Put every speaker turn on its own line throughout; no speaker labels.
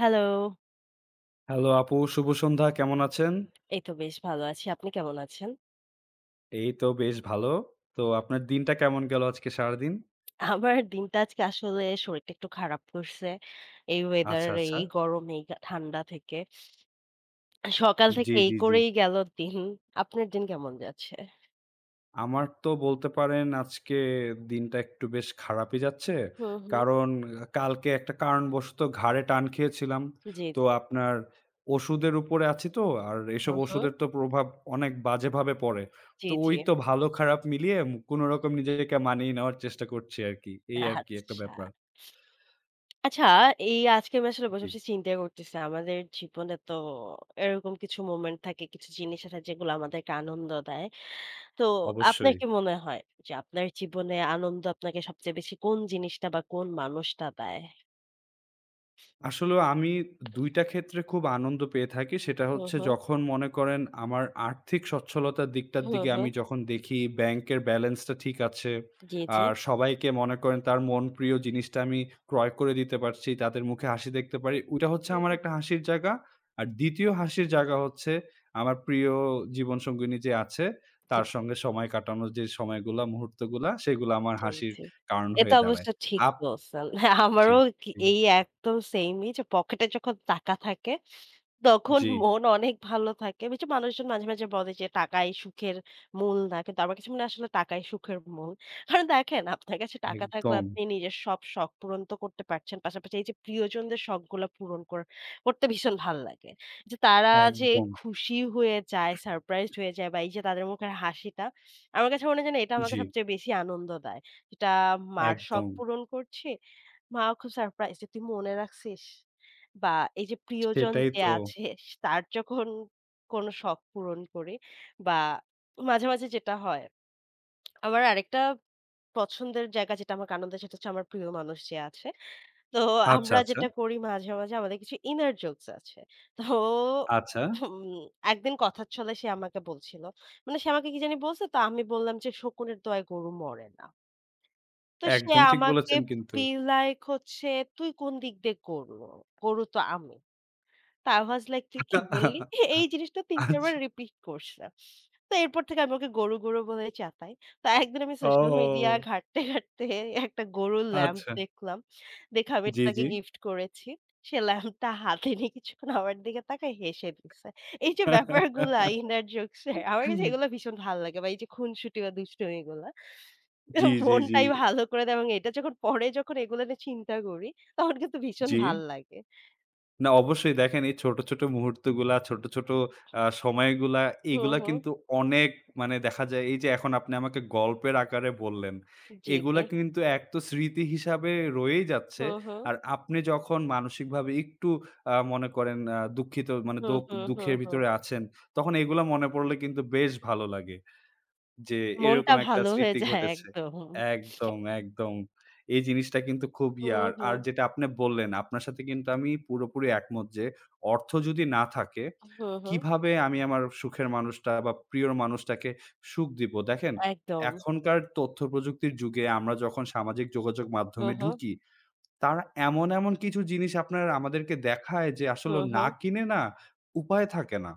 Hello.
Hello আপু, শুভ সন্ধ্যা। কেমন আছেন?
এই তো বেশ ভালো আছি। আপনি কেমন আছেন?
এই তো বেশ ভালো। তো আপনার দিনটা কেমন গেল আজকে সারাদিন?
আমার দিনটা আজকে আসলে শরীরটা একটু খারাপ করছে। এই ওয়েদার,
আচ্ছা, আচ্ছা।
এই গরম, এই গা ঠান্ডা থেকে। সকাল থেকে
জি,
এই
জি, জি।
করেই গেল দিন। আপনার দিন কেমন যাচ্ছে?
আমার তো বলতে পারেন আজকে দিনটা একটু বেশ খারাপই যাচ্ছে।
হুম, হুম।
কারণ কালকে একটা কারণবশত ঘাড়ে টান খেয়েছিলাম।
জি,
তো
জি।
আপনার ওষুধের উপরে আছি তো। আর এসব
হুম, হুম।
ওষুধের তো প্রভাব অনেক বাজেভাবে পড়ে।
জি,
তো
জি।
ওই তো ভালো খারাপ মিলিয়ে কোনরকম নিজেকে মানিয়ে নেওয়ার চেষ্টা করছি আরকি। এই আরকি একটা
আচ্ছা।
ব্যাপার।
আচ্ছা, এই আজকে আমি আসলে বসে,
জি,
বসে চিন্তা করতেছি। আমাদের জীবনে তো এরকম কিছু মোমেন্ট থাকে, কিছু জিনিস আছে যেগুলো আমাদেরকে আনন্দ দেয়। তো আপনার
অবশ্যই।
কি মনে হয় যে আপনার জীবনে আনন্দ আপনাকে সবচেয়ে বেশি কোন জিনিসটা বা কোন মানুষটা দেয়?
আসলেও আমি ২ টা ক্ষেত্রে খুব আনন্দ পেয়ে থাকি। সেটা
হুম,
হচ্ছে
হুম।
যখন মনে করেন আমার আর্থিক সচ্ছলতার দিকটার
হুম,
দিকে আমি
হুম।
যখন দেখি ব্যাংকের ব্যালেন্সটা ঠিক আছে।
জি, জি।
আর সবাইকে মনে করেন তার মন প্রিয় জিনিসটা আমি ক্রয় করে দিতে পারছি। তাদের মুখে হাসি দেখতে পারি। ওইটা হচ্ছে আমার
হুম।
একটা হাসির জায়গা। আর ২য় হাসির জায়গা হচ্ছে আমার প্রিয় জীবনসঙ্গিনী যে আছে
জি,
তার সঙ্গে সময় কাটানোর যে সময়গুলা, মুহূর্তগুলা সেগুলা আমার
জি,
হাসির
জি।
কারণ
এটা
হয়ে
অবশ্য
দাঁড়ায়।
ঠিক
আপ
বলছেন। হ্যাঁ,
জি,
আমারও কি
জি,
এই একদম সেইমই যে পকেটে যখন টাকা থাকে তখন
জি,
মন অনেক ভালো থাকে। ওই যে মানুষজন মাঝে, মাঝে বলে যে টাকাই সুখের মূল না। কিন্তু আমার কাছে মনে হয় আসলে টাকাই সুখের মূল। কারণ দেখেন আপনার কাছে টাকা থাকলে
একদম।
আপনি নিজের সব শখ পূরণ তো করতে পারছেন। পাশাপাশি এই যে প্রিয়জনদের শখগুলা পূরণ কর করতে ভীষণ ভাল লাগে। যে তারা যে
একদম,
খুশি হয়ে যায়, সারপ্রাইজড হয়ে যায় বা এই যে তাদের মুখের হাসিটা, আমার কাছে মনে হয় যেন এটা আমাকে
জি,
সবচেয়ে বেশি আনন্দ দেয়। এটা মার শখ
একদম।
পূরণ করছি। মাও খুব সারপ্রাইজড যে, "তুই মনে রাখছিস?" বা এই যে প্রিয়জন
সেটাই
যে
তো।
আছে তার যখন কোনো শখ পূরণ করি বা মাঝে, মাঝে যেটা হয় আমার আরেকটা পছন্দের জায়গা যেটা আমাকে আনন্দ দেয় সেটা হচ্ছে আমার প্রিয় মানুষ যে আছে। তো
আচ্ছা,
আমরা
আচ্ছা,
যেটা করি মাঝে, মাঝে আমাদের কিছু inner jokes আছে। তো
আচ্ছা।
হুম, একদিন কথার ছলে সে আমাকে বলছিল। মানে সে আমাকে কি জানি বলছে তো আমি বললাম যে শকুনের দয়ায় গরু মরে না। তো সে
একদম ঠিক
আমাকে
বলেছেন কিন্তু।
be like হচ্ছে তুই কোন দিক দিয়ে গরু? গরু তো আমি। তা I was like তুই কি বললি? এই জিনিসটা ৩-৪ বার
আচ্ছা।
রিপিট করছে। তো এরপর থেকে আমি ওকে গরু, গরু বলে চাতাই। তো একদিন আমি সোশ্যাল মিডিয়া
ও!
ঘাঁটতে, ঘাঁটতে একটা গরুর ল্যাম্প
আচ্ছা।
দেখলাম। দেখে আমি এটা
জি,
তাকে
জি।
গিফট করেছি। সে ল্যাম্পটা হাতে নিয়ে কিছুক্ষণ আমার দিকে তাকায় হেসে দিছে। এই যে ব্যাপারগুলা ইনার জোকস এর আমার কাছে এগুলো ভীষণ ভাল লাগে বা এই যে খুনসুটি বা দুষ্টুমিগুলা।
জি, জি, জি,
মনটাই ভালো করে দেয় এবং এটা যখন পরে এগুলো নিয়ে চিন্তা করি তখন কিন্তু ভীষণ
জি।
ভাল লাগে।
না অবশ্যই দেখেন এই ছোট মুহূর্তগুলা, ছোট সময়গুলা
হুম,
এগুলা
হুম।
কিন্তু অনেক মানে দেখা যায় এই যে এখন আপনি আমাকে গল্পের আকারে বললেন,
জি,
এগুলা
জি।
কিন্তু এক তো স্মৃতি হিসাবে রয়েই যাচ্ছে।
হুম, হুম।
আর আপনি যখন মানসিকভাবে একটু মনে করেন দুঃখিত মানে
হুম,
দোক
হুম, হুম,
দুঃখের
হুম।
ভিতরে আছেন, তখন এগুলা মনে পড়লে কিন্তু বেশ ভালো লাগে। যে এরকম
মনটা
একটা
ভালো হয়ে
স্মৃতি
যায়
ঘটেছে।
একদম।
একদম। এই জিনিসটা কিন্তু খুব ইয়া
হুম,
আর
হুম।
যেটা আপনি বললেন আপনার সাথে কিন্তু আমি পুরোপুরি একমত যে অর্থ যদি না থাকে
হুম, হুম।
কিভাবে আমি আমার সুখের মানুষটা বা প্রিয় মানুষটাকে সুখ দিব? দেখেন
একদম।
এখনকার তথ্য প্রযুক্তির যুগে আমরা যখন সামাজিক যোগাযোগ
হুম,
মাধ্যমে
হুম।
ঢুকি তারা এমন কিছু জিনিস আপনার আমাদেরকে দেখায় যে আসলে
হুম,
না
হুম।
কিনে না উপায় থাকে না।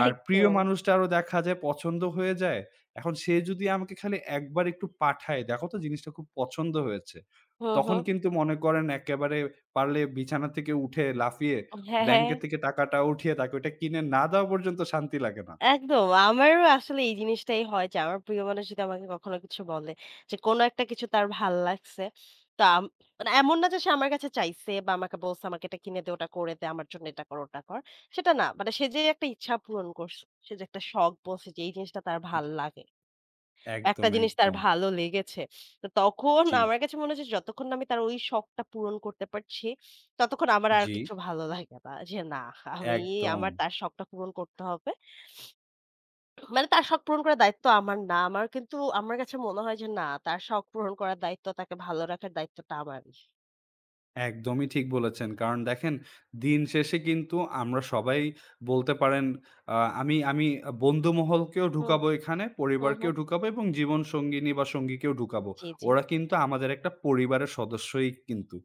আর প্রিয়
একদম।
মানুষটারও দেখা যায় পছন্দ হয়ে যায়। এখন সে যদি আমাকে খালি একবার একটু পাঠায়, "দেখো তো জিনিসটা খুব পছন্দ হয়েছে।"
হুম,
তখন
হুম।
কিন্তু মনে করেন একেবারে পারলে বিছানা থেকে উঠে লাফিয়ে
হ্যাঁ, হ্যাঁ।
ব্যাংকে থেকে টাকাটা উঠিয়ে তাকে ওইটা কিনে না দেওয়া পর্যন্ত শান্তি লাগে না।
একদম। আমারও আসলে এই জিনিসটাই হয় যে আমার প্রিয় মানুষ যদি আমাকে কখনো কিছু বলে যে কোনো একটা কিছু তার ভাল লাগছে। তো আম মানে এমন না যে সে আমার কাছে চাইছে বা আমাকে বলছে আমাকে এটা কিনে দে, ওটা করে দে, আমার জন্য এটা কর, ওটা কর। সেটা না। মানে সে যে একটা ইচ্ছা পূরণ করছে। সে যে একটা শখ বলছে যে এই জিনিসটা তার ভাল লাগে। একটা জিনিস তার
একদম।
ভালো লেগেছে। তো তখন
জি,
আমার কাছে মনে হচ্ছে যতক্ষণ না আমি তার ওই শখটা পূরণ করতে পারছি, ততক্ষণ আমার আর
জি,
কিছু ভালো লাগে না। যে না, আমি
একদম।
আমার তার শখটা পূরণ করতে হবে। মানে তার শখ পূরণ করার দায়িত্ব আমার না। আমার কাছে মনে হয় যে না, তার শখ পূরণ করার দায়িত্ব, তাকে ভালো রাখার দায়িত্বটা আমারই।
একদমই ঠিক বলেছেন। কারণ দেখেন দিন শেষে কিন্তু আমরা সবাই বলতে পারেন আমি আমি বন্ধুমহলকেও
হুম,
ঢুকাবো এখানে,
হুম,
পরিবারকেও
হুম।
ঢুকাবো এবং জীবনসঙ্গিনী বা সঙ্গীকেও ঢুকাবো।
জি, জি।
ওরা কিন্তু আমাদের একটা পরিবারের সদস্যই কিন্তু।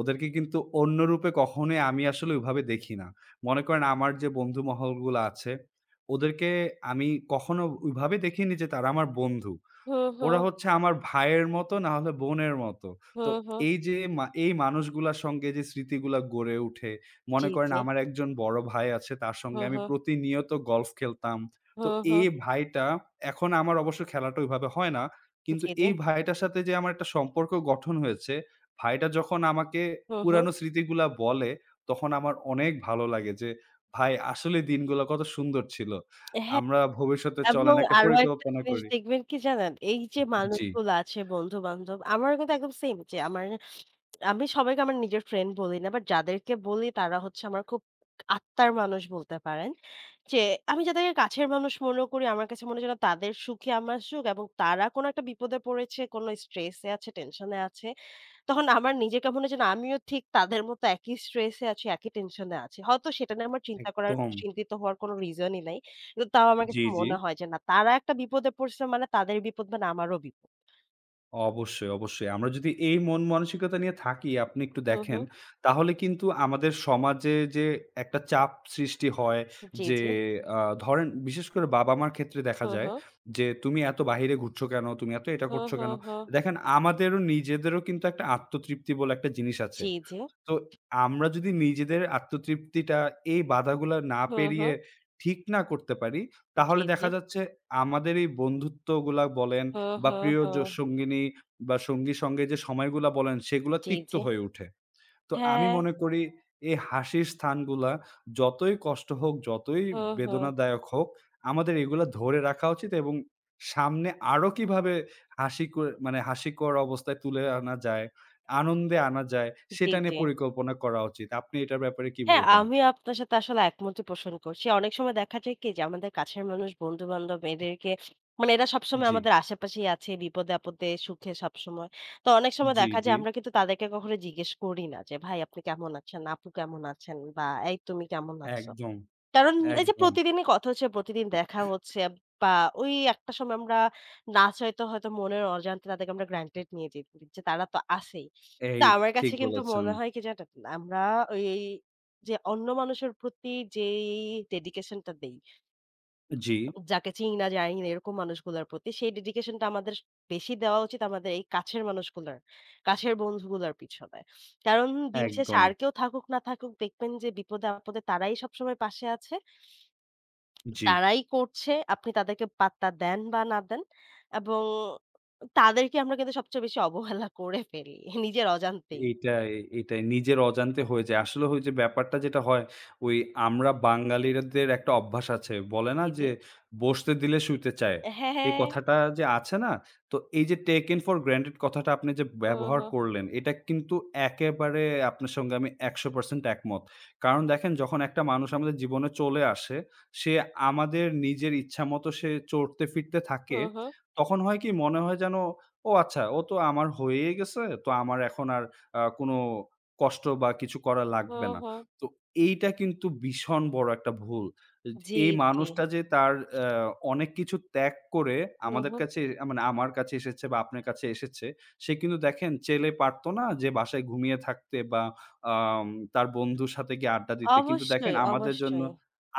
ওদেরকে কিন্তু অন্য রূপে কখনোই আমি আসলে ওইভাবে দেখি না। মনে করেন আমার যে বন্ধুমহলগুলো আছে, ওদেরকে আমি কখনো ওইভাবে দেখিনি যে তারা আমার বন্ধু।
হুম,
ওরা
হুম,
হচ্ছে আমার ভাইয়ের মতো না হলে বোনের মতো। তো
হুম, হুম।
এই যে এই মানুষগুলার সঙ্গে যে স্মৃতিগুলা গড়ে উঠে, মনে
জি,
করেন
জি।
আমার একজন বড় ভাই আছে তার সঙ্গে
হুম,
আমি
হুম,
প্রতিনিয়ত গল্ফ খেলতাম। তো
হুম,
এই
হুম।
ভাইটা এখন আমার অবশ্য খেলাটা ওইভাবে হয় না। কিন্তু
জি, জি।
এই ভাইটার সাথে যে আমার একটা সম্পর্ক গঠন হয়েছে, ভাইটা যখন আমাকে
হুম, হুম।
পুরানো স্মৃতিগুলা বলে, তখন আমার অনেক ভালো লাগে যে, "ভাই আসলে দিনগুলা কত সুন্দর ছিল।
হ্যাঁ।
আমরা ভবিষ্যতে চলেন
এবং
একটা
আরো একটা
পরিকল্পনা
জিনিস
করি।"
দেখবেন কি জানেন? এই যে
জি।
মানুষগুলো আছে বন্ধু-বান্ধব, আমারও কিন্তু একদম সেইম যে আমার আমি সবাইকে আমার নিজের ফ্রেন্ড বলি না। বাট যাদেরকে বলি তারা হচ্ছে আমার খুব আত্মার মানুষ বলতে পারেন। যে আমি যাদেরকে কাছের মানুষ মনে করি আমার কাছে মনে হয় যেন তাদের সুখে আমার সুখ এবং তারা কোন একটা বিপদে পড়েছে, কোন স্ট্রেস এ আছে, টেনশন এ আছে। তখন আমার নিজেকে মনে হয় যেন আমিও ঠিক তাদের মতো একই স্ট্রেস এ আছি, একই টেনশন এ আছি। হয়তো সেটা নিয়ে আমার চিন্তা করার,
একদম।
চিন্তিত হওয়ার কোনো রিজনই নাই। কিন্তু তাও আমার
জি,
কাছে
জি।
মনে হয় যে না তারা একটা বিপদে পড়ছে মানে তাদের বিপদ মানে আমারও বিপদ।
অবশ্যই। আমরা যদি এই মন মানসিকতা নিয়ে থাকি, আপনি একটু
হুম,
দেখেন,
হুম।
তাহলে কিন্তু আমাদের সমাজে যে একটা চাপ সৃষ্টি হয়
জি,
যে
জি।
আ ধরেন বিশেষ করে বাবা-মার ক্ষেত্রে দেখা
হুম,
যায়
হুম।
যে, "তুমি এত বাহিরে ঘুরছো কেন? তুমি এত এটা
হুম,
করছো
হুম,
কেন?"
হুম।
দেখেন আমাদেরও নিজেদেরও কিন্তু একটা আত্মতৃপ্তি বলে একটা জিনিস আছে।
জি, জি।
তো আমরা যদি নিজেদের আত্মতৃপ্তিটা এই বাধাগুলা না
হুম,
পেরিয়ে
হুম।
ঠিক না করতে পারি, তাহলে
জি, জি।
দেখা যাচ্ছে আমাদের এই বন্ধুত্বগুলা বলেন
হুম,
বা
হুম,
প্রিয়
হুম।
সঙ্গিনী বা সঙ্গীর সঙ্গে যে সময়গুলা বলেন সেগুলা
জি,
তিক্ত
জি।
হয়ে উঠে। তো আমি
হ্যাঁ।
মনে করি এই হাসির স্থানগুলা যতই কষ্ট হোক, যতই
হুম, হুম।
বেদনাদায়ক হোক, আমাদের এগুলা ধরে রাখা উচিত এবং সামনে আরো কিভাবে হাসি করে মানে হাসিকর অবস্থায় তুলে আনা যায়, আনন্দে আনা যায়
জি,
সেটা নিয়ে
জি।
পরিকল্পনা করা উচিত। আপনি এটার ব্যাপারে কি
হ্যাঁ,
বলবেন?
আমি আপনার সাথে আসলে একমতই পোষণ করছি। অনেক সময় দেখা যায় কি যে আমাদের কাছের মানুষ, বন্ধু-বান্ধব এদেরকে মানে এরা সবসময়
জি,
আমাদের আশেপাশেই আছে বিপদে-আপদে, সুখে সবসময়। তো অনেক সময়
জি,
দেখা
জি।
যায় আমরা কিন্তু তাদেরকে কখনো জিজ্ঞেস করি না যে, "ভাই আপনি কেমন আছেন? আপু কেমন আছেন?" বা "এই তুমি কেমন আছো?"
একদম,
কারণ এই যে
একদম।
প্রতিদিনই কথা হচ্ছে, প্রতিদিন দেখা হচ্ছে বা ওই একটা সময় আমরা না চাইতেও হয়তো মনের অজান্তে তাদেরকে আমরা গ্রান্টেড নিয়ে যে যে তারা তো আছেই।
এই
কিন্তু আমার
ঠিক
কাছে কিন্তু
বলেছেন।
মনে হয় কি জানেন? আমরা ওই যে অন্য মানুষের প্রতি যেই ডেডিকেশন টা দেই,
জি,
যাকে চিনি না, জানি না এরকম মানুষগুলার প্রতি সেই ডেডিকেশন টা আমাদের বেশি দেওয়া উচিত আমাদের এই কাছের মানুষগুলার, কাছের বন্ধুগুলার পিছনে। কারণ দিন শেষে
একদম।
আর কেউ থাকুক না থাকুক দেখবেন যে বিপদে আপদে তারাই সবসময় পাশে আছে।
জি।
তারাই করছে। আপনি তাদেরকে পাত্তা দেন বা না দেন এবং তাদেরকে আমরা কিন্তু সবচেয়ে বেশি অবহেলা করে ফেলি নিজের অজান্তেই।
এইটাই, এইটাই। নিজের অজান্তে হয়ে যায়। আসলে ওই যে ব্যাপারটা যেটা হয়, ওই আমরা বাঙালিরাদের একটা অভ্যাস আছে। বলে না
জি, জি।
যে, "বসতে দিলে শুইতে চায়।"
হ্যাঁ,
এই
হ্যাঁ।
কথাটা যে আছে না? তো এই যে taken for granted কথাটা আপনি যে
হুম,
ব্যবহার
হুম।
করলেন, এটা কিন্তু একেবারে আপনার সঙ্গে আমি ১০০% একমত। কারণ দেখেন যখন একটা মানুষ আমাদের জীবনে চলে আসে, সে আমাদের নিজের ইচ্ছামতো সে চড়তে ফিরতে থাকে।
হুম, হুম।
তখন হয় কি? মনে হয় যেন, "ও আচ্ছা, ও তো আমার হয়েই গেছে। তো আমার এখন আর কোনো কষ্ট বা কিছু করা লাগবে
হুম,
না।"
হুম।
তো এইটা কিন্তু ভীষণ বড় একটা ভুল। এজ
জি,
এই
জি।
মানুষটা যে তার আ অনেক কিছু ত্যাগ করে
হুম,
আমাদের
হুম।
কাছে আ মানে আমার কাছে এসেছে বা আপনার কাছে এসেছে, সে কিন্তু দেখেন চেলে পারত না যে বাসায় ঘুমিয়ে থাকতে বা আম তার বন্ধুর সাথে গিয়ে আড্ডা দিতে। কিন্তু দেখেন
অবশ্যই,
আমাদের জন্য
অবশ্যই।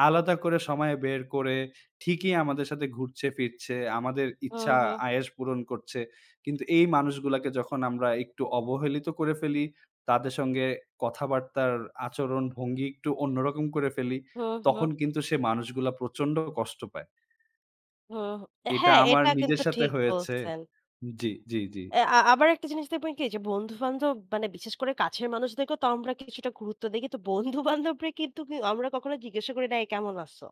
আলাদা করে সময় বের করে ঠিকই আমাদের সাথে ঘুরছে ফিরছে, আমাদের
হুম,
ইচ্ছা
হুম।
আয়েশ পূরণ করছে। কিন্তু এই মানুষগুলাকে যখন আমরা একটু অবহেলিত করে ফেলি, তাদের সঙ্গে কথাবার্তার আচরণ ভঙ্গি একটু অন্যরকম করে ফেলি,
হুম,
তখন
হুম।
কিন্তু সে মানুষগুলা প্রচন্ড কষ্ট পায়।
হুম। হুম।
এটা
হ্যাঁ,
আমার
এটা
নিজের
কিন্তু
সাথে
ঠিক
হয়েছে।
বলছেন।
জি।
এ আ আবার একটা জিনিস দেখবেন কি যে বন্ধু-বান্ধব মানে বিশেষ করে কাছের মানুষদেরকেও তো আমরা কিছুটা গুরুত্ব দেই। কিন্তু বন্ধু-বান্ধবরা কিন্তু কি- আমরা কখনো জিজ্ঞাসা করি না, "এই কেমন আছো?"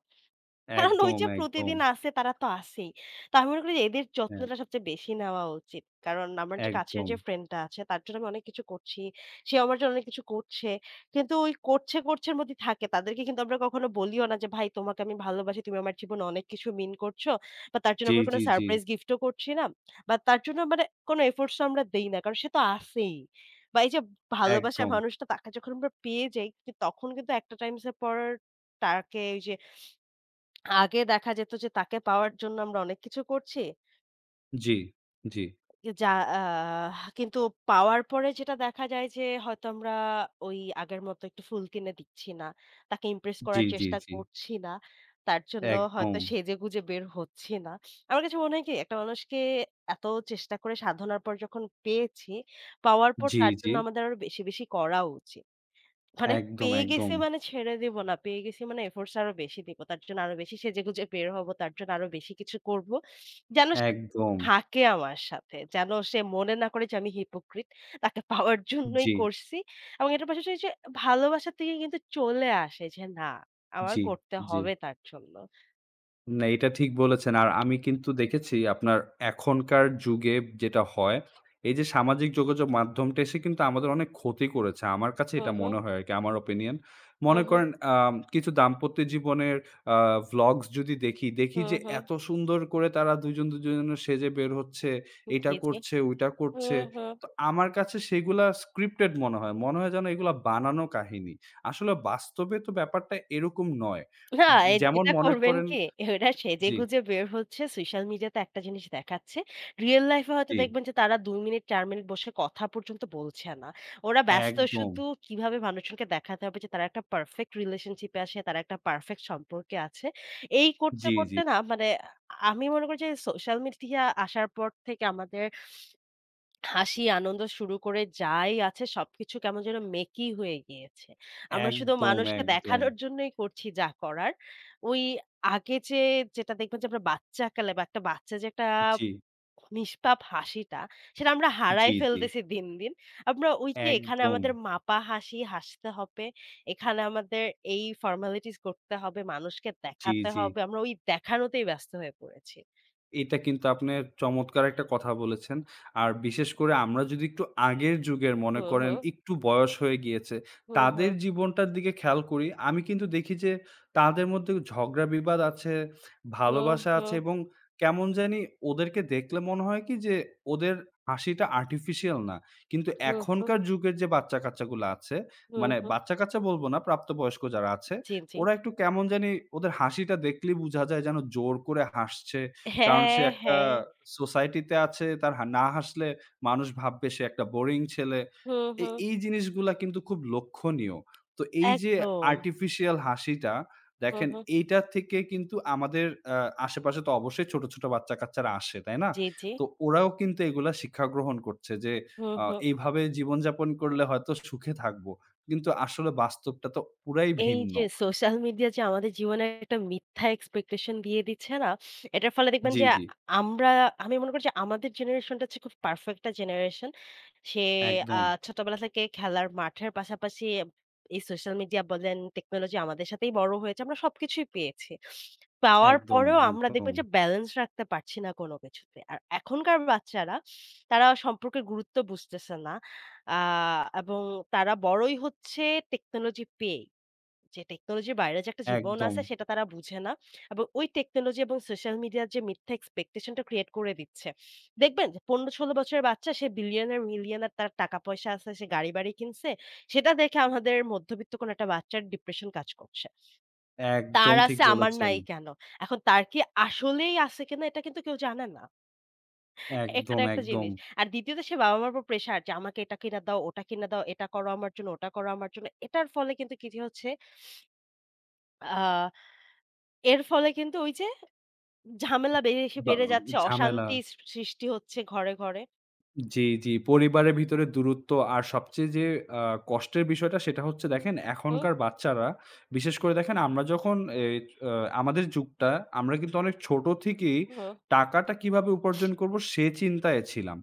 কারণ ওই যে
একদম।
প্রতিদিন আসে তারা তো আসেই। তো আমি মনে করি যে এদের
হ্যাঁ,
যত্নটা সবচেয়ে বেশি নেওয়া উচিত। কারণ আমার যে কাছের
একদম।
যে ফ্রেন্ডটা আছে তার জন্য আমি অনেক কিছু করছি। সেও আমার জন্য অনেক কিছু করছে। কিন্তু ওই করছে, করছে এর মধ্যেই থাকে। তাদেরকে কিন্তু আমরা কখনো বলিও না যে ভাই তোমাকে আমি ভালোবাসি। তুমি আমার জীবনে অনেক কিছু মিন করছো। বা তার জন্য আমরা কোনো
জি।
সারপ্রাইজ গিফটও করছি না। বা তার জন্য মানে কোনো এফোর্টস ও আমরা দেই না। কারণ সে তো আসেই। বা এই যে ভালোবাসার
একদম।
মানুষটা তাকে যখন আমরা পেয়ে যাই কি- তখন কিন্তু একটা টাইমস এর পর তাকে ওই যে আগে দেখা যেত যে তাকে পাওয়ার জন্য আমরা অনেক কিছু করছি।
জি, জি,
যা আহ কিন্তু পাওয়ার পরে যেটা দেখা যায় যে হয়তো আমরা ওই আগের মতো একটু ফুল কিনে দিচ্ছি না। তাকে ইমপ্রেস করার চেষ্টা
জি।
করছি না। তার জন্য
একদম।
হয়তো সেজেগুজে বের হচ্ছি না। আমার কাছে মনে হয় কি একটা মানুষকে এত চেষ্টা করে সাধনার পর যখন পেয়েছি, পাওয়ার পর
জি,
তার
জি।
জন্য আমাদের আরো বেশি, বেশি করা উচিত। মানে পেয়ে
একদম।
গেছি মানে ছেড়ে দিব না। পেয়ে গেছি মানে এফোর্টস আরো বেশি দিব। তার জন্য আরো বেশি সেজেগুজে বের হব। তার জন্য আরো বেশি কিছু করব। যেন সে
একদম।
থাকে আমার সাথে। যেন সে মনে না করে যে আমি হিপোক্রিট। তাকে পাওয়ার জন্যই
জি,
করছি। এবং এটার পাশাপাশি যে ভালোবাসা থেকে কিন্তু চলে আসে যে না আমার
জি,
করতে
জি।
হবে তার জন্য।
না, এটা ঠিক বলেছেন। আর আমি কিন্তু দেখেছি আপনার এখনকার যুগে যেটা হয়, এই যে সামাজিক যোগাযোগ মাধ্যমটা এসে কিন্তু আমাদের অনেক ক্ষতি করেছে। আমার কাছে
হুম,
এটা
হুম,
মনে হয় আরকি, আমার ওপিনিয়ন।
হুম,
মনে
হুম,
করেন কিছু দাম্পত্য জীবনের আ ভ্লগস যদি দেখি, দেখি
হুম,
যে
হুম।
এত সুন্দর করে তারা দুজনের সেজে বের হচ্ছে, এটা
জি, জি।
করছে, ওইটা করছে।
হুম, হুম।
তো আমার কাছে সেগুলা স্ক্রিপ্টেড মনে হয়। মনে হয় যেন এগুলা বানানো কাহিনী। আসলে বাস্তবে তো ব্যাপারটা এরকম নয়।
না, এ
যেমন
যেটা
মনে
করবেন
করেন
কি? ওরা
জি,
সেজেগুজে বের হচ্ছে, সোশ্যাল মিডিয়াতে একটা জিনিস দেখাচ্ছে। রিয়াল লাইফ এ হয়তো
জি।
দেখবেন যে তারা ২ মিনিট ৪ মিনিট বসে কথা পর্যন্ত বলছে না। ওরা ব্যস্ত
একদম।
শুধু কিভাবে মানুষজনকে দেখাতে হবে যে তারা একটা পারফেক্ট রিলেশনশিপ এ আছে, তারা একটা পারফেক্ট সম্পর্কে আছে। এই করতে,
জি।
করতে না মানে আ আমি মনে করি যে সোশ্যাল মিডিয়া আসার পর থেকে আমাদের হাসি আনন্দ শুরু করে যাই আছে সবকিছু কেমন যেন মেকি হয়ে গিয়েছে। আমরা শুধু মানুষকে
একদম।
দেখানোর জন্যই করছি যা করার। ওই আগে যেটা দেখবেন যে আমরা বাচ্চাকালে বা একটা বাচ্চা যে একটা
জি,
নিষ্পাপ হাসিটা সেটা আমরা হারায়
জি।
ফেলতেছি দিন, দিন। আমরা ওই যে এখানে
একদম।
আমাদের মাপা হাসি হাসতে হবে। এখানে আমাদের এই ফর্মালিটিস করতে হবে, মানুষকে
জি,
দেখাতে
জি।
হবে। আমরা ওই দেখানোতেই ব্যস্ত হয়ে পড়েছি।
এটা কিন্তু আপনি চমৎকার একটা কথা বলেছেন। আর বিশেষ করে আমরা যদি একটু আগের যুগের মনে
হু,
করেন
হু।
একটু বয়স হয়ে গিয়েছে,
হু, হু।
তাদের জীবনটার দিকে খেয়াল করি, আমি কিন্তু দেখি যে তাদের মধ্যে ঝগড়া বিবাদ আছে,
হু,
ভালোবাসা
হু।
আছে এবং কেমন জানি ওদেরকে দেখলে মনে হয় কি যে ওদের হাসিটা আর্টিফিশিয়াল না। কিন্তু
হু, হু।
এখনকার যুগের যে বাচ্চা-কাচ্চাগুলো আছে,
হু,
মানে
হু।
বাচ্চা-কাচ্চা বলবো না, প্রাপ্তবয়স্ক যারা আছে,
জি, জি।
ওরা একটু কেমন জানি ওদের হাসিটা দেখলেই বুঝা যায় যেন জোর করে হাসছে কারণ সে
হ্যাঁ,
একটা
হ্যাঁ।
সোসাইটিতে আছে, তার না হাসলে মানুষ ভাববে সে একটা বোরিং ছেলে।
হুম, হুম।
এই জিনিসগুলা কিন্তু খুব লক্ষণীয়। তো এই যে
একদম।
আর্টিফিশিয়াল হাসিটা,
হুম,
দেখেন
হুম।
এইটা থেকে কিন্তু আমাদের আ আশেপাশে তো অবশ্যই ছোট বাচ্চা-কাচ্চারা আসে, তাই না?
জি, জি।
তো ওরাও কিন্তু এগুলা শিক্ষা গ্রহণ করছে যে
হুম,
আ
হুম।
এইভাবে জীবনযাপন করলে হয়তো সুখে থাকবো। কিন্তু আসলে বাস্তবটা তো পুরাই
এই
ভিন্ন।
যে সোশ্যাল মিডিয়া যে আমাদের জীবনে একটা মিথ্যা এক্সপেকটেশন দিয়ে দিচ্ছে না, এটার ফলে দেখবেন
জি,
যে আ
জি।
আমরা আমি মনে করি যে আমাদের জেনারেশনটা হচ্ছে খুব পারফেক্ট একটা জেনারেশন। সে আ
একদম,
ছোটবেলা থেকে খেলার মাঠের পাশাপাশি এই সোশ্যাল মিডিয়া বলেন, টেকনোলজি আমাদের সাথেই বড় হয়েছে। আমরা সবকিছুই পেয়েছি। পাওয়ার
একদম,
পরেও আমরা
একদম,
দেখবেন যে ব্যালেন্স রাখতে পারছি না কোনো কিছুতে। আর এখনকার বাচ্চারা তারা সম্পর্কের গুরুত্ব বুঝতেছে না। আ এবং তারা বড়ই হচ্ছে টেকনোলজি পেয়ে। যে টেকনোলজির বাইরে যে একটা জীবন
একদম।
আছে সেটা তারা বুঝে না। এবং ওই টেকনোলজি এবং সোশ্যাল মিডিয়ার যে মিথ্যা এক্সপেকটেশন টা ক্রিয়েট করে দিচ্ছে। দেখবেন যে ১৫-১৬ বছরের বাচ্চা সে বিলিয়নার, মিলিয়নার তার টাকা-পয়সা আছে, সে গাড়ি-বাড়ি কিনছে। সেটা দেখে আমাদের মধ্যবিত্ত কোনো একটা বাচ্চার ডিপ্রেশন কাজ করছে।
একদম
তার
ঠিক
আছে আমার
বলেছেন।
নাই কেন? এখন তার কি আসলেই আছে কিনা এটা কিন্তু কেউ জানে না। এখানে একটা
একদম।
জিনিস। আর দ্বিতীয়ত সে বাবা-মার উপর প্রেশার যে আমাকে এটা কিনে দাও, ওটা কিনে দাও, এটা করো আমার জন্য, ওটা করো আমার জন্য। এটার ফলে কিন্তু কি হচ্ছে আ এর ফলে কিন্তু ওই যে ঝামেলা বেশি
বা
বেড়ে যাচ্ছে,
ঝামেলা।
অশান্তি সৃষ্টি হচ্ছে ঘরে, ঘরে।
জি। পরিবারের ভিতরে দূরত্ব আর সবচেয়ে যে আ কষ্টের বিষয়টা সেটা হচ্ছে দেখেন
হুম,
এখনকার বাচ্চারা বিশেষ করে দেখেন আমরা যখন এই আ আমাদের যুগটা আমরা কিন্তু অনেক ছোট থেকেই
হুম।
টাকাটা কিভাবে উপার্জন করব সে চিন্তায় ছিলাম।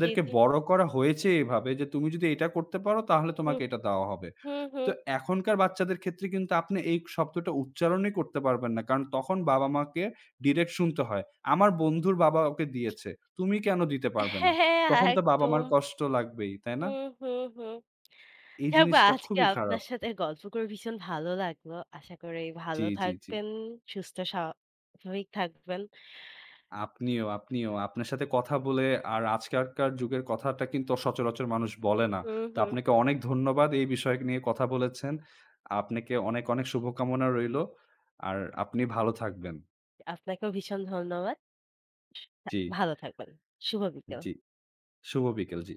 জি, জি।
বড় করা হয়েছে এভাবে যে তুমি যদি এটা করতে পারো তাহলে
হুম,
তোমাকে এটা দেওয়া হবে।
হুম,
তো
হুম।
এখনকার বাচ্চাদের ক্ষেত্রে কিন্তু আপনি এই শব্দটা উচ্চারণই করতে পারবেন না। কারণ তখন বাবা-মাকে ডিরেক্ট শুনতে হয়। আমার বন্ধুর বাবা ওকে দিয়েছে। তুমি কেন দিতে পারবে না?
হ্যাঁ, হ্যাঁ,
তখন তো বাবা-মার
একদম।
কষ্ট লাগবেই, তাই না?
হুম, হুম, হুম।
এই
যাক বা
জিনিসটা
আজকে
খুবই
আপনার
খারাপ।
সাথে গল্প করে ভীষণ ভালো লাগলো। আশা করি ভালো
জি।
থাকবেন, সুস্থ স্বাভাবিক থাকবেন।
আপনিও। আপনার সাথে কথা বলে আর আজকালকার যুগের কথাটা কিন্তু সচরাচর মানুষ বলে না।
হুম,
তো
হুম।
আপনাকে অনেক ধন্যবাদ এই বিষয় নিয়ে কথা বলেছেন। আপনাকে অনেক শুভকামনা রইলো। আর আপনি ভালো থাকবেন।
আপনাকেও ভীষণ ধন্যবাদ।
জি,
ভালো থাকবেন। শুভ বিকেল।
জি। শুভ বিকেল। জি।